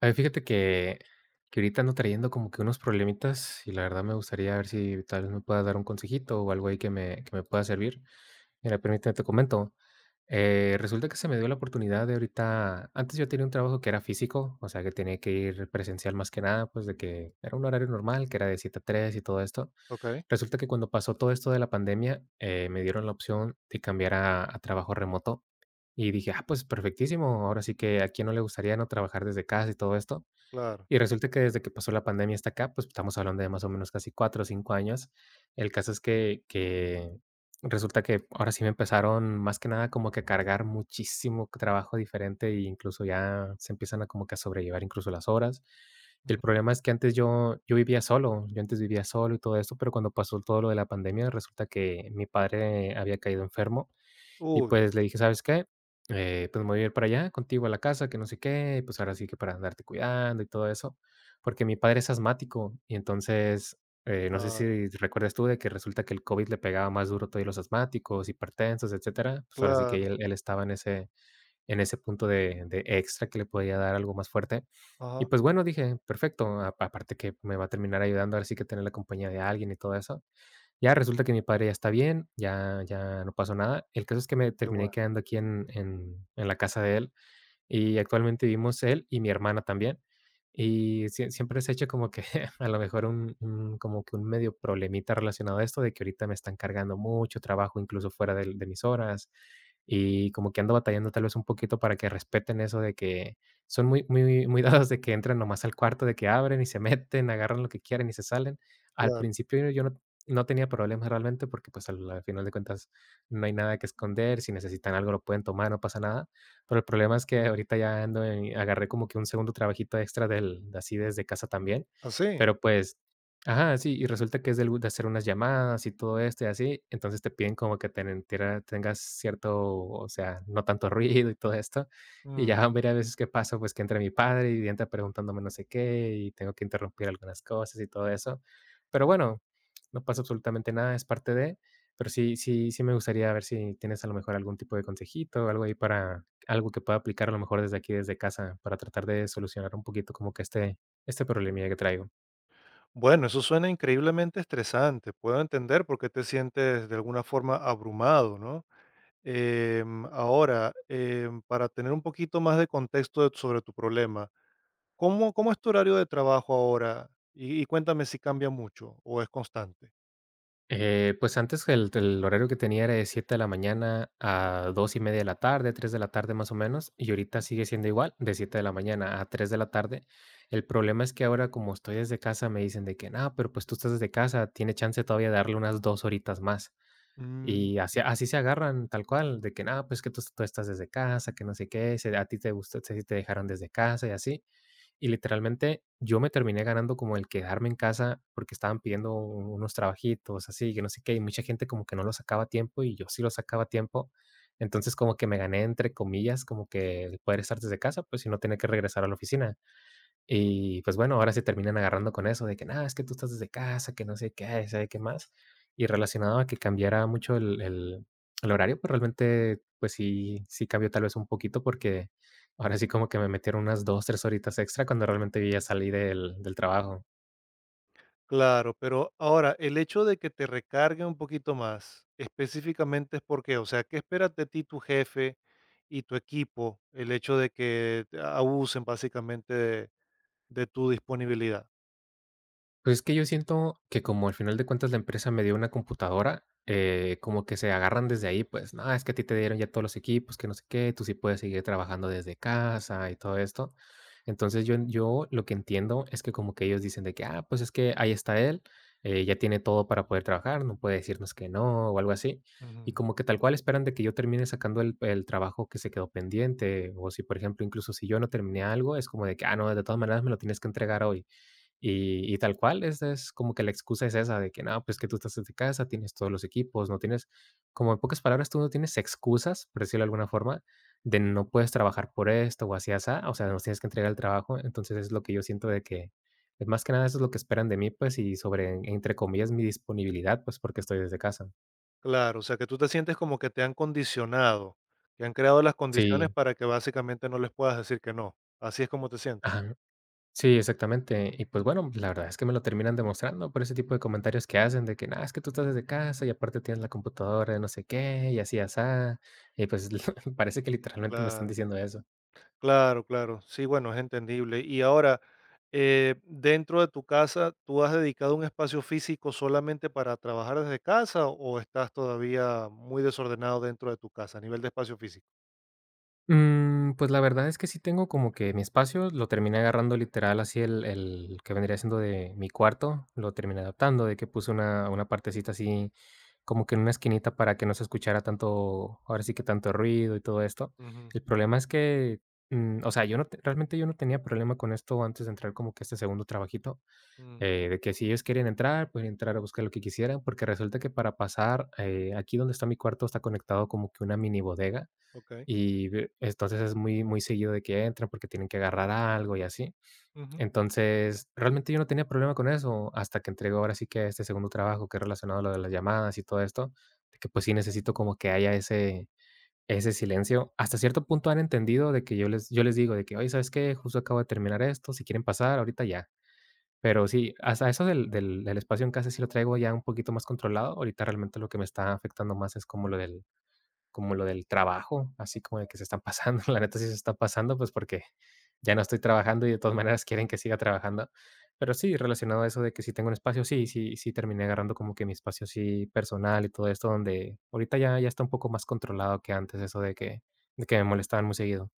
A ver, fíjate que ahorita ando trayendo como que unos problemitas y la verdad me gustaría ver si tal vez me puedas dar un consejito o algo ahí que me pueda servir. Mira, permíteme, te comento. Resulta que se me dio la oportunidad de ahorita antes yo tenía un trabajo que era físico, o sea, que tenía que ir presencial más que nada, pues, de que era un horario normal, que era de 7 a 3 y todo esto. Okey, Resulta que cuando pasó todo esto de la pandemia, me dieron la opción de cambiar a trabajo remoto. Y dije: "Ah, pues perfectísimo, ahora sí que a quién no le gustaría, ¿no?, trabajar desde casa y todo esto". claro. Y resulta que desde que pasó la pandemia hasta acá, pues estamos hablando de más o menos casi 4 o 5 años. El caso es que resulta que ahora sí me empezaron más que nada como que a cargar muchísimo trabajo diferente e incluso ya se empiezan a como que a sobrellevar incluso las horas. Y el Ujú. problema es que antes yo vivía solo, yo antes vivía solo y todo esto, pero cuando pasó todo lo de la pandemia, resulta que mi padre había caído enfermo y Uy, pues le dije: "¿Sabes qué? Pues me voy a ir para allá contigo a la casa, que no sé qué, pues ahora sí que para andarte cuidando y todo eso", porque mi padre es asmático y entonces, no sé claro, si recuerdas tú de que resulta que el COVID le pegaba más duro todavía a los asmáticos, hipertensos, etcétera, pues ahora sí que claro. él estaba en ese punto de extra que le podía dar algo más fuerte. Ajá, Y pues bueno, dije: "Perfecto", a aparte que me va a terminar ayudando ahora sí que tener la compañía de alguien y todo eso. Ya resulta que mi padre ya está bien, ya no pasó nada. El caso es que me qué terminé bueno, quedando aquí en la casa de él, y actualmente vivimos él y mi hermana también. Y siempre se ha hecho como que a lo mejor un como que un medio problemita relacionado a esto, de que ahorita me están cargando mucho trabajo, incluso fuera del de mis horas, y como que ando batallando tal vez un poquito para que respeten eso de que son muy muy muy dados de que entran nomás al cuarto, de que abren y se meten, agarran lo que quieren y se salen. Al claro. principio yo no tenía problemas realmente porque, pues, al final de cuentas no hay nada que esconder, si necesitan algo lo pueden tomar, no pasa nada. Pero el problema es que ahorita ya ando en agarré como que un segundo trabajito extra del de así desde casa también, ¿Así? pero pues ajá, sí, y resulta que es del de hacer unas llamadas y todo esto y así, entonces te piden como que tenen tiera tengas cierto, o sea, no tanto ruido y todo esto, y Mm. ya varias veces que pasa, pues, que entra mi padre y entra preguntándome no sé qué, y tengo que interrumpir algunas cosas y todo eso. Pero bueno, no pasa absolutamente nada, es parte de, pero sí me gustaría ver si tienes a lo mejor algún tipo de consejito o algo ahí para algo que pueda aplicar a lo mejor desde aquí, desde casa, para tratar de solucionar un poquito como que este problemilla que traigo. Bueno, eso suena increíblemente estresante. Puedo entender por qué te sientes de alguna forma abrumado, ¿no? Ahora, para tener un poquito más de contexto de- sobre tu problema, ¿cómo es tu horario de trabajo ahora? Y cuéntame si cambia mucho o es constante. Pues antes el horario que tenía era de 7 de la mañana a 2:30 de la tarde, 3 de la tarde más o menos, y ahorita Mm. sigue siendo igual, de 7 de la mañana a 3 de la tarde. El problema es que ahora como estoy desde casa me dicen de que, no, pero pues tú estás desde casa, tiene chance todavía de darle unas 2 horitas más. Mm. Y así, así se agarran, tal cual, de que, no, pues que tú estás desde casa, que no sé qué, a ti te gusta, te dejaron desde casa y así. Y literalmente yo me terminé ganando como el quedarme en casa porque estaban pidiendo unos trabajitos así, que no sé qué, y mucha gente como que no lo sacaba a tiempo y yo sí lo sacaba a tiempo. Entonces como que me gané entre comillas como que el poder estar desde casa, pues si no tenía que regresar a la oficina. Y pues bueno, ahora se terminan agarrando con eso de que nada, es que tú estás desde casa, que no sé qué, sabe qué más. Y relacionado a que cambiara mucho el horario, pues realmente, pues sí, sí cambió tal vez un poquito porque ahora sí como que me metieron unas 2, 3 horitas extra cuando realmente yo ya salí del trabajo. Claro, pero ahora, el hecho de que te recargue un poquito más, específicamente es porque, o sea, ¿qué esperas de ti tu jefe y tu equipo? El hecho de que te abusen básicamente de tu disponibilidad. Pues es que yo siento que como al final de cuentas la empresa me dio una computadora, como que se agarran desde ahí, pues, no, es que a ti te dieron ya todos los equipos, que no sé qué, tú sí puedes seguir trabajando desde casa y todo esto. Entonces yo lo que entiendo es que como que ellos dicen de que, ah, pues es que ahí está él, ya tiene todo para poder trabajar, no puede decirnos que no o algo así. Y Ujú. como que tal cual esperan de que yo termine sacando el trabajo que se quedó pendiente. O si, por ejemplo, incluso si yo no terminé algo, es como de que, ah, no, de todas maneras me lo tienes que entregar hoy. Y tal cual, esa es como que la excusa es esa de que: "No, pues que tú estás desde casa, tienes todos los equipos, no tienes", como en pocas palabras, tú no tienes excusas, por decirlo de alguna forma, de no puedes trabajar por esto o así asá, o sea, nos tienes que entregar el trabajo. Entonces, es lo que yo siento de que, pues, más que nada eso es lo que esperan de mí, pues, y sobre, entre comillas, mi disponibilidad, pues, porque estoy desde casa. Claro, o sea, que tú te sientes como que te han condicionado, que han creado las sí, condiciones Sí, para que básicamente no les puedas decir que no. Así es como te sientes. ajá. Sí, exactamente. Y pues bueno, la verdad es que me lo terminan demostrando por ese tipo de comentarios que hacen de que, nada, es que tú estás desde casa y aparte tienes la computadora de no sé qué y así, asá. Y pues parece que literalmente me están Claro. diciendo eso. Claro, claro. Sí, bueno, es entendible. Y ahora, dentro de tu casa, ¿tú has dedicado un espacio físico solamente para trabajar desde casa o estás todavía muy desordenado dentro de tu casa a nivel de espacio físico? Mm, pues la verdad es que sí tengo como que mi espacio lo terminé agarrando literal así el que vendría siendo de mi cuarto, lo terminé adaptando, de que puse una partecita así como que en una esquinita para que no se escuchara tanto, ahora sí que tanto ruido y todo esto. Ujú, El problema es que, mm, o sea, yo no, te- realmente yo no tenía problema con esto antes de entrar como que a este segundo trabajito, mm, de que si ellos querían entrar, pueden entrar a buscar lo que quisieran, porque resulta que para pasar, aquí donde está mi cuarto está conectado como que una mini bodega ok, y ve entonces es muy muy seguido de que entran porque tienen que agarrar algo y así. ujú. Entonces, realmente yo no tenía problema con eso hasta que entregó ahora sí que este segundo trabajo que es relacionado a lo de las llamadas y todo esto, de que pues sí necesito como que haya ese silencio. Hasta cierto punto han entendido de que yo les digo de que: "Oye, ¿sabes qué? Justo acabo de terminar esto, si quieren pasar, ahorita ya". Pero sí, hasta eso del espacio en casa sí lo traigo ya un poquito más controlado. Ahorita realmente lo que me está afectando más es como lo del trabajo, así como de que se están pasando, la neta sí se están pasando, pues porque ya no estoy trabajando y de todas maneras quieren que siga trabajando. Pero sí, relacionado a eso de que si tengo un espacio, sí, sí, sí terminé agarrando como que mi espacio sí personal y todo esto, donde ahorita ya, ya está un poco más controlado que antes eso de que me molestaban muy seguido.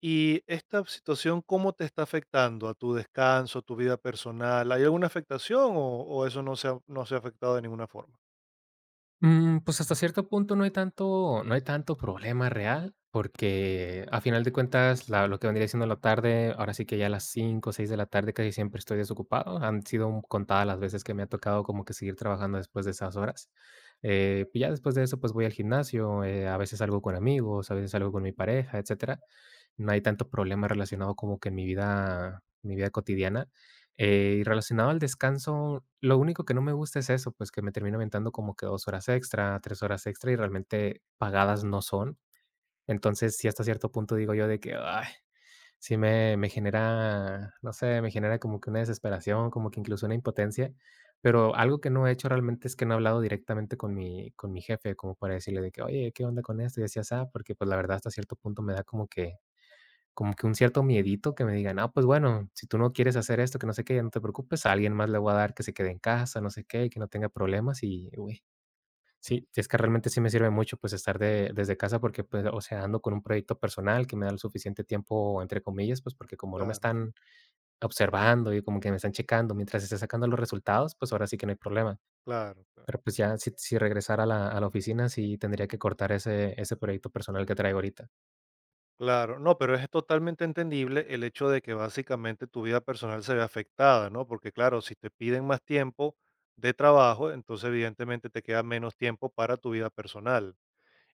¿Y esta situación cómo te está afectando a tu descanso, tu vida personal? ¿Hay alguna afectación o eso no se ha, no se ha afectado de ninguna forma? Mm, pues hasta cierto punto no hay tanto problema real, porque a final de cuentas, la lo que vendría siendo la tarde, ahora sí que ya a las 5 o 6 de la tarde casi siempre estoy desocupado. Han sido contadas las veces que me ha tocado como que seguir trabajando después de esas horas. Ya después de eso, pues voy al gimnasio, a veces salgo con amigos, a veces salgo con mi pareja, etcétera. No hay tanto problema relacionado como que en mi vida cotidiana. Y relacionado al descanso, lo único que no me gusta es eso, pues, que me termino aventando como que 2 horas extra, 3 horas extra, y realmente pagadas no son. Entonces, sí, hasta cierto punto digo yo de que, ay, sí me genera, no sé, me genera como que una desesperación, como que incluso una impotencia. Pero algo que no he hecho realmente es que no he hablado directamente con mi jefe como para decirle de que: "Oye, ¿qué onda con esto?", y así y asá, porque, pues, la verdad hasta cierto punto me da como que un cierto miedito que me digan: "Ah, pues bueno, si tú no quieres hacer esto, que no sé qué, ya no te preocupes, a alguien más le voy a dar que se quede en casa, no sé qué, que no tenga problemas", y uy, sí, si es que realmente sí me sirve mucho, pues, estar de desde casa porque, pues, o sea, ando con un proyecto personal que me da el suficiente tiempo, entre comillas, pues, porque como no me Claro, están observando y como que me están checando mientras esté sacando los resultados, pues, ahora sí que no hay problema. claro, claro. Pero, pues, ya si regresara a la oficina, sí tendría que cortar ese proyecto personal que traigo ahorita. Claro, no, pero es totalmente entendible el hecho de que básicamente tu vida personal se ve afectada, ¿no? Porque claro, si te piden más tiempo de trabajo, entonces evidentemente te queda menos tiempo para tu vida personal.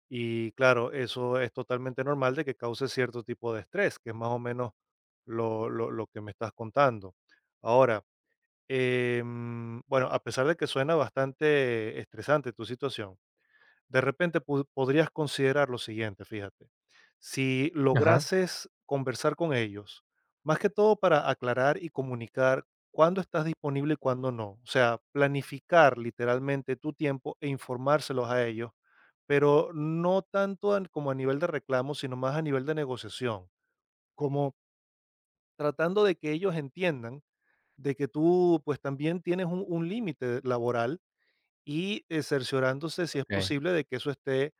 Y claro, eso es totalmente normal de que cause cierto tipo de estrés, que es más o menos lo que me estás contando. Ahora, bueno, a pesar de que suena bastante estresante tu situación, de repente podrías considerar lo siguiente, fíjate, si Ajá, lograses conversar con ellos, más que todo para aclarar y comunicar cuándo estás disponible y cuándo no, o sea, planificar literalmente tu tiempo e informárselos a ellos, pero no tanto como a nivel de reclamo, sino más a nivel de negociación, como tratando de que ellos entiendan de que tú pues también tienes un límite laboral y, cerciorándose, si es okey, posible, de que eso esté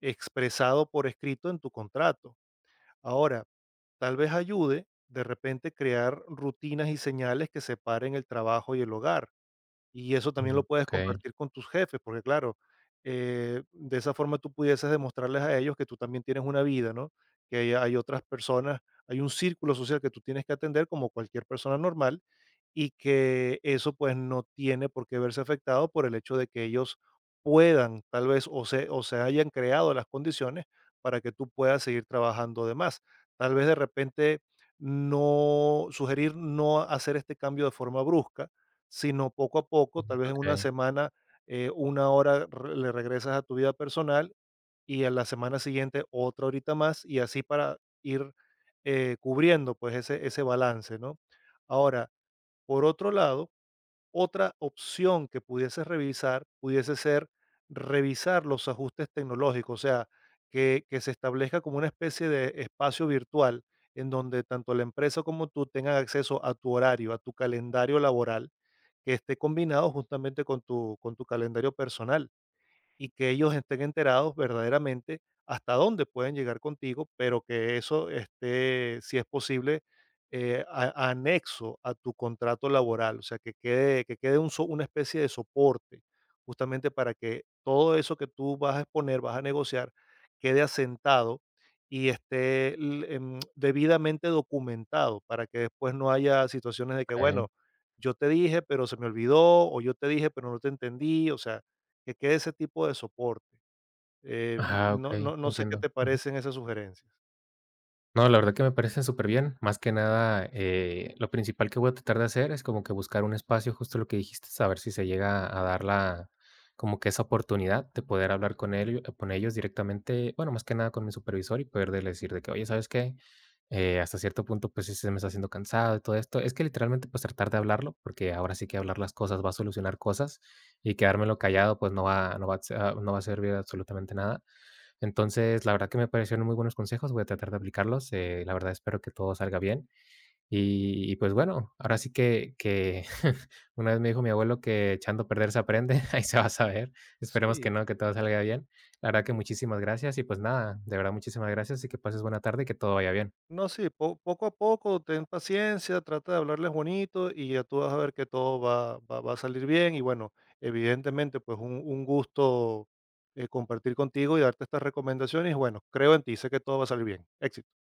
expresado por escrito en tu contrato. Ahora, tal vez ayude de repente crear rutinas y señales que separen el trabajo y el hogar. Y eso también lo mm, puedes okey, compartir con tus jefes, porque claro, de esa forma tú pudieses demostrarles a ellos que tú también tienes una vida, ¿no? Que hay otras personas, hay un círculo social que tú tienes que atender como cualquier persona normal y que eso, pues, no tiene por qué verse afectado por el hecho de que ellos puedan, tal vez, o se hayan creado las condiciones para que tú puedas seguir trabajando de más. Tal vez, de repente, no sugerir no hacer este cambio de forma brusca, sino poco a poco, tal vez en una okey, semana, una hora re le regresas a tu vida personal y a la semana siguiente otra horita más, y así para ir, cubriendo, pues, ese balance, ¿no? Ahora por otro lado, otra opción que pudiese revisar, pudiese ser revisar los ajustes tecnológicos, o sea, que se establezca como una especie de espacio virtual en donde tanto la empresa como tú tengan acceso a tu horario, a tu calendario laboral, que esté combinado justamente con con tu calendario personal y que ellos estén enterados verdaderamente hasta dónde pueden llegar contigo, pero que eso esté, si es posible, anexo a tu contrato laboral, o sea, que quede un una especie de soporte, justamente para que todo eso que tú vas a exponer, vas a negociar, quede asentado y esté debidamente documentado para que después no haya situaciones de que, bueno, okey. yo te dije, pero se me olvidó, o yo te dije, pero no te entendí, o sea, que quede ese tipo de soporte. Eh, Ajá, no okey, no no sé qué entiendo. te Ujú. parecen esas sugerencias. No, la verdad que me parece súper bien. Más que nada, lo principal que voy a tratar de hacer es como que buscar un espacio, justo lo que dijiste, saber si se llega a dar la como que esa oportunidad de poder hablar con ellos directamente, bueno, más que nada con mi supervisor y poder decir de que: "Oye, ¿sabes qué? Hasta cierto punto, pues, sí se me está haciendo cansado y todo esto". Es que literalmente, pues, tratar de hablarlo, porque ahora sí que hablar las cosas va a solucionar cosas, y quedármelo callado, pues, no va a servir absolutamente nada. Entonces, la verdad que me parecieron muy buenos consejos, voy a tratar de aplicarlos, la verdad espero que todo salga bien. Y pues bueno, ahora sí que una vez me dijo mi abuelo que echando a perder se aprende, ahí se va a saber, esperemos que Sí, no, que todo salga bien. La verdad que muchísimas gracias y pues nada, de verdad muchísimas gracias y que pases buena tarde y que todo vaya bien. no, sí, po poco a poco, ten paciencia, trata de hablarles bonito y ya tú vas a ver que todo va a salir bien. Y bueno, evidentemente, pues un gusto, compartir contigo y darte estas recomendaciones. Bueno, creo en ti, sé que todo va a salir bien. Éxito.